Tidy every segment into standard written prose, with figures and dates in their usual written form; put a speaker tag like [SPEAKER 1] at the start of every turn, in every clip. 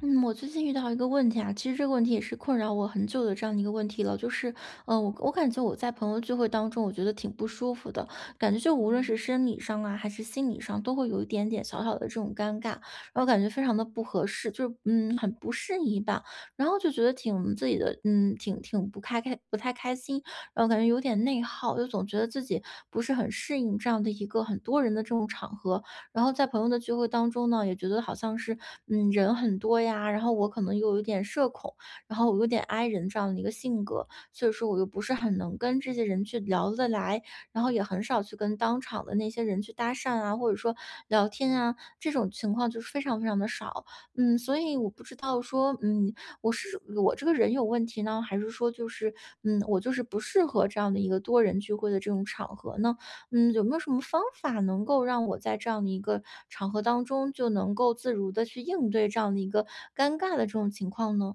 [SPEAKER 1] 嗯，我最近遇到一个问题啊，其实这个问题也是困扰我很久的这样的一个问题了，就是，我感觉我在朋友聚会当中，我觉得挺不舒服的，感觉就
[SPEAKER 2] 哦，
[SPEAKER 1] 无论是生理上啊，还是心理上，都会有一点点小小的这种尴尬，然后感觉非常的不合适，就是很不适宜吧，然后就觉得挺自己的，挺不开，不太开心，然后感觉有点内耗，就总觉得自己不是很适应这样的一个很多人的这种场合，然后在朋友的聚会当中呢，也觉得好像是，人很多呀，然后我可能又有一点社恐，然后我有点 i 人这样的一个性格，所以说我又不是很能跟这些人去聊得来，然后也很少去跟当场的那些人去搭讪啊，或者说聊天啊，这种情况就是非常非常的少。所以我不知道说，我是我这个人有问题呢，还是说就是，我就是不适合这样的一个多人聚会的这种场合呢？有没有什么方法能够让我在这样的一个场合当中，就能够自如的去应对这样的一个尴尬的这种情况呢？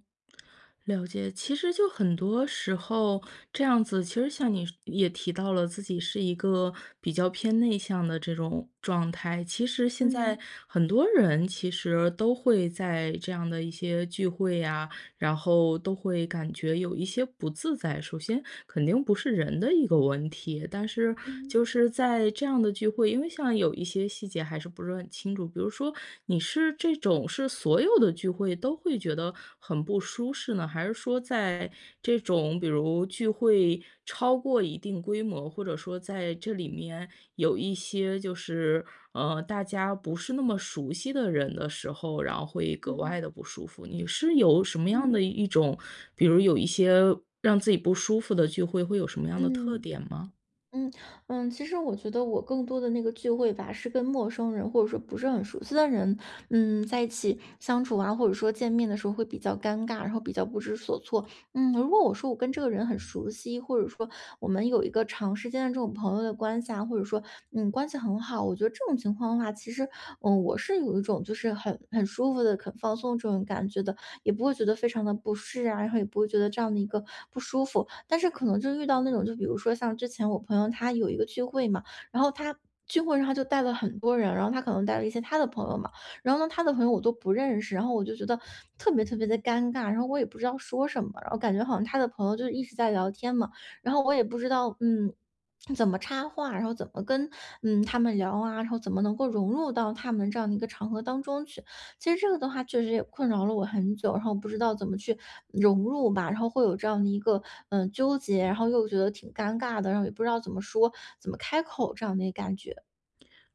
[SPEAKER 2] 了解。其实就很多时候这样子，其实像你也提到了自己是一个比较偏内向的这种状态。其实现在
[SPEAKER 1] 嗯
[SPEAKER 2] 很多人其实都会在这样的一些聚会呀、然后都会感觉有一些不自在。首先肯定不是人的一个问题，但是
[SPEAKER 1] 嗯
[SPEAKER 2] 就是在这样的聚会，因为像有一些细节还是不是很清楚，比如说你是这种是所有的聚会都会觉得很不舒适呢，还是说在这种比如聚会超过一定规模，或者说在这里面有一些就是，大家不是那么熟悉的人的时候，然后会格
[SPEAKER 1] 嗯
[SPEAKER 2] 外的不舒服。你是有什么样的
[SPEAKER 1] 嗯
[SPEAKER 2] 一种比如有一些让自己不舒服的聚会，会有什么样的特
[SPEAKER 1] 嗯。
[SPEAKER 2] 点吗？
[SPEAKER 1] 嗯其实我觉得我更多的那个聚会吧，是跟陌生人或者说不是很熟悉的人，在一起相处啊，或者说见面的时候会比较尴尬，然后比较不知所措。如果我说我跟这个人很熟悉，或者说我们有一个长时间的这种朋友的关系啊，或者说关系很好，我觉得这种情况的话，其实我是有一种就是很舒服的、很放松这种感觉的。也不会觉得非常的不适啊，然后也不会觉得这样的一个不舒服。但是可能就遇到那种，就比如说像之前我朋友他有一个聚会嘛，然后他。聚会上他就带了很多人，然后他可能带了一些他的朋友嘛，然后呢，他的朋友我都不认识，然后我就觉得特别特别的尴尬，然后我也不知道说什么，然后感觉好像他的朋友就一直在聊天嘛，然后我也不知道，怎么插话，然后怎么跟他们聊啊，然后怎么能够融入到他们这样的一个场合当中去？其实这个的话确实也困扰了我很久，然后不知道怎么去融入吧，然后会有这样的一个，纠结，然后又觉得挺尴尬的，然后也不知道怎么说、怎么开口这样的一个感觉。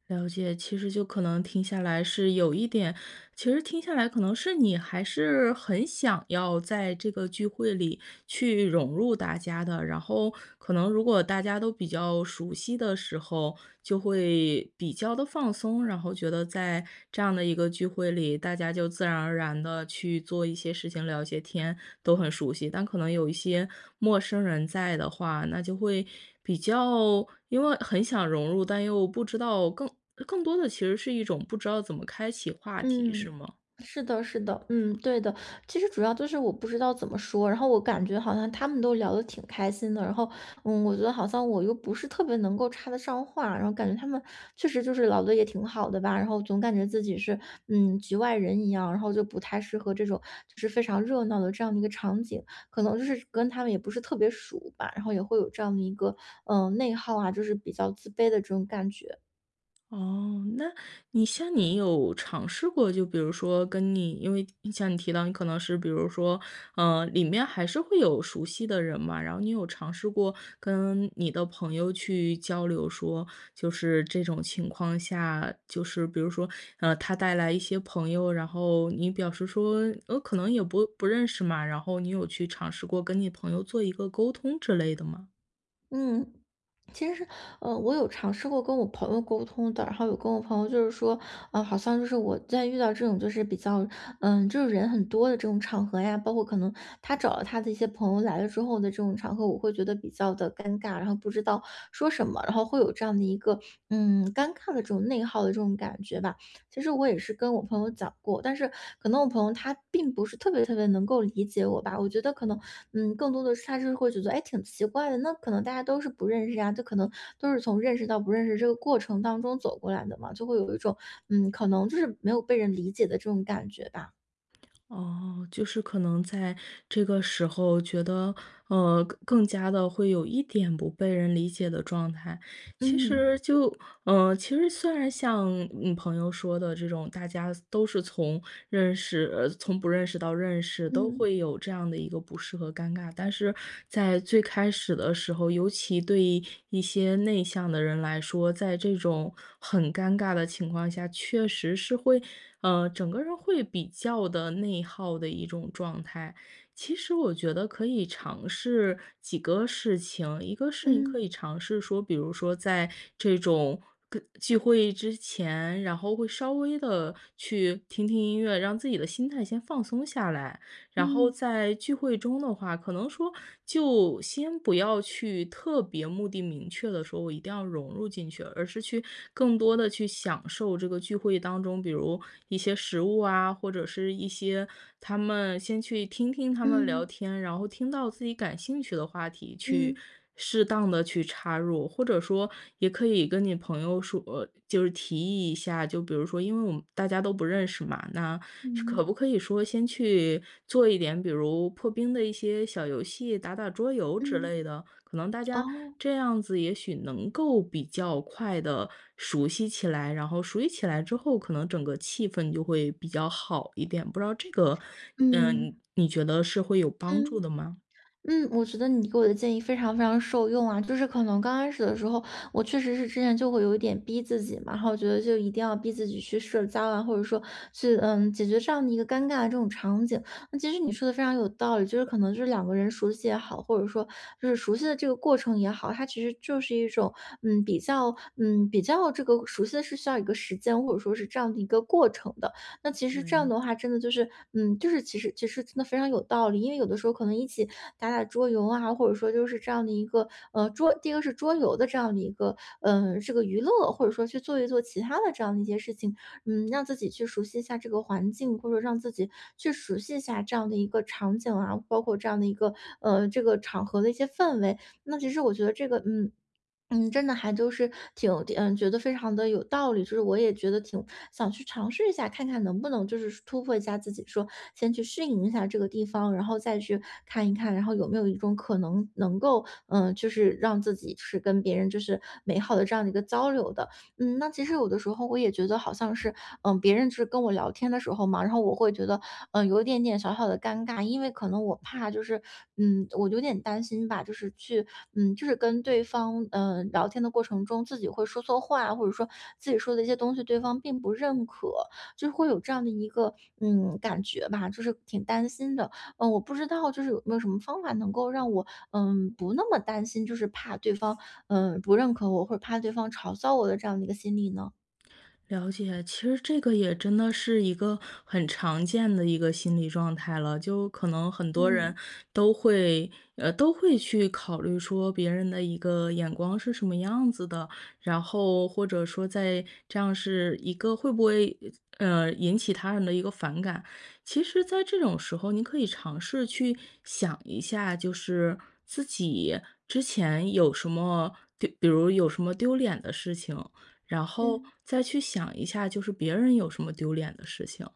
[SPEAKER 2] 了解，其实就可能听下来是有一点，其实听下来可能是你还是很想要在这个聚会里去融入大家的，然后可能如果大家都比较熟悉的时候，就会比较的放松，然后觉得在这样的一个聚会里，大家就自然而然的去做一些事情、聊一些天，都很熟悉。但可能有一些陌生人在的话，那就会比较因为很想融入，但又不知道更多的其实是一种不知道怎么开启话题，
[SPEAKER 1] 嗯，
[SPEAKER 2] 是吗？
[SPEAKER 1] 是的，是的，嗯，对的。其实主要就是我不知道怎么说，然后我感觉好像他们都聊得挺开心的，然后，我觉得好像我又不是特别能够插得上话，然后感觉他们确实就是聊得也挺好的吧，然后总感觉自己是局外人一样，然后就不太适合这种就是非常热闹的这样的一个场景，可能就是跟他们也不是特别熟吧，然后也会有这样的一个内耗啊，就是比较自卑的这种感觉。
[SPEAKER 2] 哦，那你像你有尝试过，就比如说跟你，因为像你提到你可能是比如说，里面还是会有熟悉的人嘛，然后你有尝试过跟你的朋友去交流说，就是这种情况下，就是比如说，他带来一些朋友，然后你表示说，可能也不认识嘛，然后你有去尝试过跟你朋友做一个沟通之类的吗？
[SPEAKER 1] 嗯，其实，我有尝试过跟我朋友沟通的，然后有跟我朋友就是说，好像就是我在遇到这种就是比较，就是人很多的这种场合呀，包括可能他找了他的一些朋友来了之后的这种场合，我会觉得比较的尴尬，然后不知道说什么，然后会有这样的一个，尴尬的这种内耗的这种感觉吧。其实我也是跟我朋友讲过，但是可能我朋友他并不是特别特别能够理解我吧。我觉得可能，更多的是他是会觉得，哎，挺奇怪的。那可能大家都是不认识啊，就可能都是从认识到不认识这个过程当中走过来的嘛，就会有一种，可能就是没有被人理解的这种感觉吧。
[SPEAKER 2] 哦，就是可能在这个时候觉得，更加的会有一点不被人理解的状态。其
[SPEAKER 1] 嗯
[SPEAKER 2] 实就其实虽然像朋友说的这种，大家都是从认识，从不认识到认识，都
[SPEAKER 1] 嗯
[SPEAKER 2] 会有这样的一个不适和尴尬。但是在最开始的时候，尤其对于一些内向的人来说，在这种很尴尬的情况下，确实是会，整个人会比较的内耗的一种状态。其实我觉得可以尝试几个事情，一个是你
[SPEAKER 1] 嗯
[SPEAKER 2] 可以尝试说，比如说在这种跟聚会之前，然后会稍微的去听听音乐，让自己的心态先放松下来。然后
[SPEAKER 1] 嗯
[SPEAKER 2] 在聚会中的话，可能说就先不要去特别目的明确的说我一定要融入进去，而是去更多的去享受这个聚会当中，比如一些食物啊，或者是一些他们先去听听他们聊
[SPEAKER 1] 嗯
[SPEAKER 2] 天，然后听到自己感兴趣的话题
[SPEAKER 1] 嗯
[SPEAKER 2] 去
[SPEAKER 1] 嗯
[SPEAKER 2] 适当的去插入，或者说也可以跟你朋友说就是提议一下，就比如说因为我们大家都不认识嘛，那可不
[SPEAKER 1] 嗯
[SPEAKER 2] 可以说先去做一点，比如破冰的一些小游戏，打打桌游之
[SPEAKER 1] 嗯，
[SPEAKER 2] 类的？可能大家
[SPEAKER 1] 哦，
[SPEAKER 2] 这样子也许能够比较快的熟悉起来，然后熟悉起来之后，可能整个气氛就会比较好一点。不知道这个，
[SPEAKER 1] 嗯
[SPEAKER 2] 嗯，你觉得是会有帮助
[SPEAKER 1] 嗯。
[SPEAKER 2] 的吗？
[SPEAKER 1] 我觉得你给我的建议非常非常受用啊！就是可能刚开始的时候，我确实是之前就会有一点逼自己嘛，然后觉得就一定要逼自己去社交啊，或者说去解决这样的一个尴尬的这种场景。那其实你说的非常有道理，就是可能就是两个人熟悉也好，或者说就是熟悉的这个过程也好，它其实就是一种比较比较这个熟悉的是需要一个时间或者说是这样的一个过程的。那其实这样
[SPEAKER 2] 对。
[SPEAKER 1] 的话，真的就是，就是其实真的非常有道理，因为有的时候可能一起打打桌游啊，或者说就是这样的一个，第一个是桌游的这样的一个，这个娱乐，或者说去做一做其他的这样的一些事情，让自己去熟悉一下这个环境，或者说让自己去熟悉一下这样的一个场景啊，包括这样的一个，这个场合的一些氛围。那其实我觉得这个，真的还就是挺觉得非常的有道理，就是我也觉得挺想去尝试一下，看看能不能就是突破一下自己，说先去适应一下这个地方，然后再去看一看，然后有没有一种可能能够，就是让自己就是跟别人就是美好的这样的一个交流的。那其实有的时候我也觉得好像是，别人就是跟我聊天的时候嘛，然后我会觉得，有一点点小小的尴尬，因为可能我怕就是，我有点担心吧，就是去，就是跟对方，聊天的过程中自己会说错话，或者说自己说的一些东西对方并不认可，就是会有这样的一个，感觉吧，就是挺担心的。我不知道就是有没有什么方法能够让我不那么担心，就是怕对方，不认可我，或者怕对方嘲笑我的这样的一个心理呢？
[SPEAKER 2] 了解，其实这个也真的是一个很常见的一个心理状态了，就可能很多
[SPEAKER 1] 嗯
[SPEAKER 2] 人都会，都会去考虑说别人的一个眼光是什么样子的，然后或者说在这样是一个会不会，引起他人的一个反感。其实，在这种时候，你可以尝试去想一下，就是自己之前有什么丢，比如有什么丢脸的事情，然后
[SPEAKER 1] 嗯
[SPEAKER 2] 再去想一下，就是别人有什么丢脸的事情。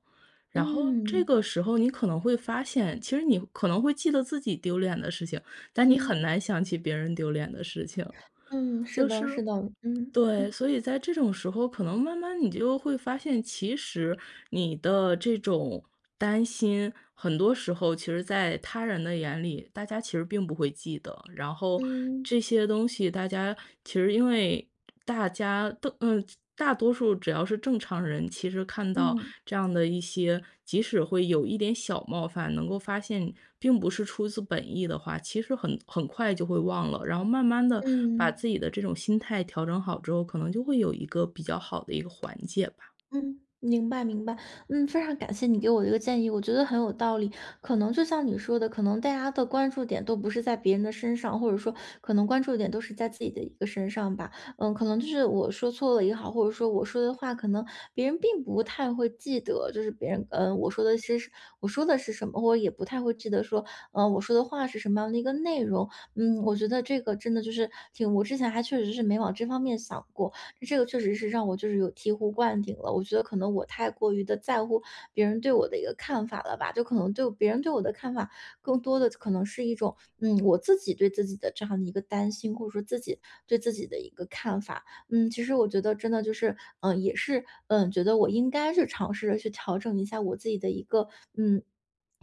[SPEAKER 2] 然后这
[SPEAKER 1] 嗯
[SPEAKER 2] 个时候你可能会发现，其实你可能会记得自己丢脸的事情，但你
[SPEAKER 1] 嗯
[SPEAKER 2] 很难想起别人丢脸的事情。
[SPEAKER 1] 嗯，是的，是的，嗯
[SPEAKER 2] 对，
[SPEAKER 1] 嗯
[SPEAKER 2] 所以在这种时候，可能慢慢你就会发现，其实你的这种担心，很多时候其实在他人的眼里，大家其实并不会记得。然后
[SPEAKER 1] 嗯
[SPEAKER 2] 这些东西，大家其实因为大家都大多数只要是正常人，其实看到
[SPEAKER 1] 嗯
[SPEAKER 2] 这样的一些，即使会有一点小冒犯，能够发现并不是出自本意的话，其实很快就会忘了。然后慢慢的把
[SPEAKER 1] 嗯。
[SPEAKER 2] 自己的这种心态调整好之后，可能就会有一个比较好的一个缓解吧。
[SPEAKER 1] 嗯，明白明白，非常感谢你给我的一个建议，我觉得很有道理。可能就像你说的，可能大家的关注点都不是在别人的身上，或者说可能关注点都是在自己的一个身上吧。可能就是我说错了也好，或者说我说的话，可能别人并不太会记得，就是别人我说的是什么，或者也不太会记得说我说的话是什么样的一个内容。我觉得这个真的就是挺，我之前还确实是没往这方面想过。这个确实是让我就是有醍醐灌顶了。我觉得可能我太过于的在乎别人对我的一个看法了吧，就可能对别人对我的看法，更多的可能是一种，我自己对自己的这样的一个担心，或者说自己对自己的一个看法。嗯，其实我觉得真的就是，也是，觉得我应该去尝试着去调整一下我自己的一个，嗯，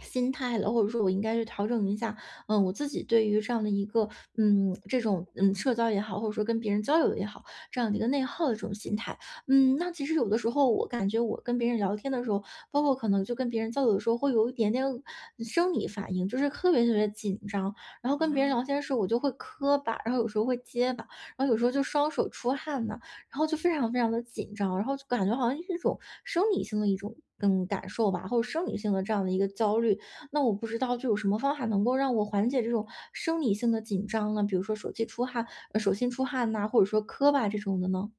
[SPEAKER 1] 心态了，或者说我应该去调整一下，我自己对于这样的一个，这种，社交也好，或者说跟别人交流也好，这样的一个内耗的这种心态。那其实有的时候我感觉我跟别人聊天的时候，包括可能就跟别人交流的时候，会有一点点生理反应，就是特别特别紧张。然后跟别人聊
[SPEAKER 2] 啊。
[SPEAKER 1] 天的时候，我就会磕巴，然后有时候会结巴，然后有时候就双手出汗呐、然后就非常非常的紧张，然后就感觉好像是一种生理性的一种。嗯，感受吧，或者生理性的这样的一个焦虑，那我不知道就有什么方法能够让我缓解这种生理性的紧张呢？比如说手机出汗，手心出汗呐，或者说磕巴这种的呢？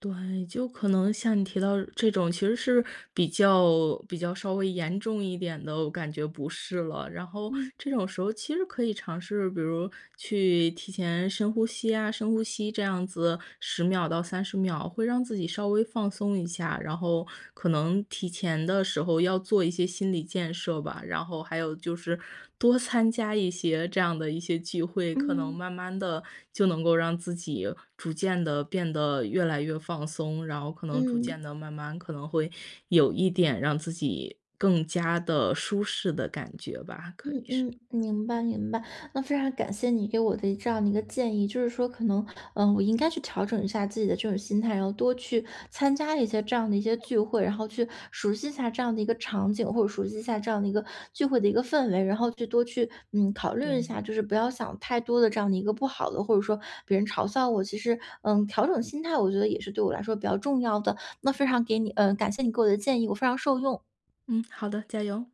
[SPEAKER 2] 对，就可能像你提到这种，其实是比较稍微严重一点的，我感觉不是了。然后
[SPEAKER 1] 嗯
[SPEAKER 2] 这种时候其实可以尝试，比如去提前深呼吸啊，深呼吸这样子10秒到30秒，会让自己稍微放松一下，然后可能提前的时候要做一些心理建设吧，然后还有就是多参加一些这样的一些聚会，可能
[SPEAKER 1] 嗯。
[SPEAKER 2] 慢慢的就能够让自己逐渐的变得越来越放松，然后可能逐渐
[SPEAKER 1] 嗯。
[SPEAKER 2] 的慢慢可能会有一点让自己更加的舒适的感觉吧，可以是。
[SPEAKER 1] 嗯，明白明白。那非常感谢你给我的这样的一个建议，就是说可能，我应该去调整一下自己的这种心态，然后多去参加一些这样的一些聚会，然后去熟悉一下这样的一个场景，或者熟悉一下这样的一个聚会的一个氛围，然后去多去考虑一下，
[SPEAKER 2] 对，
[SPEAKER 1] 就是不要想太多的这样的一个不好的，或者说别人嘲笑我，其实调整心态，我觉得也是对我来说比较重要的。那非常给你，感谢你给我的建议，我非常受用。
[SPEAKER 2] 嗯，好的，加油。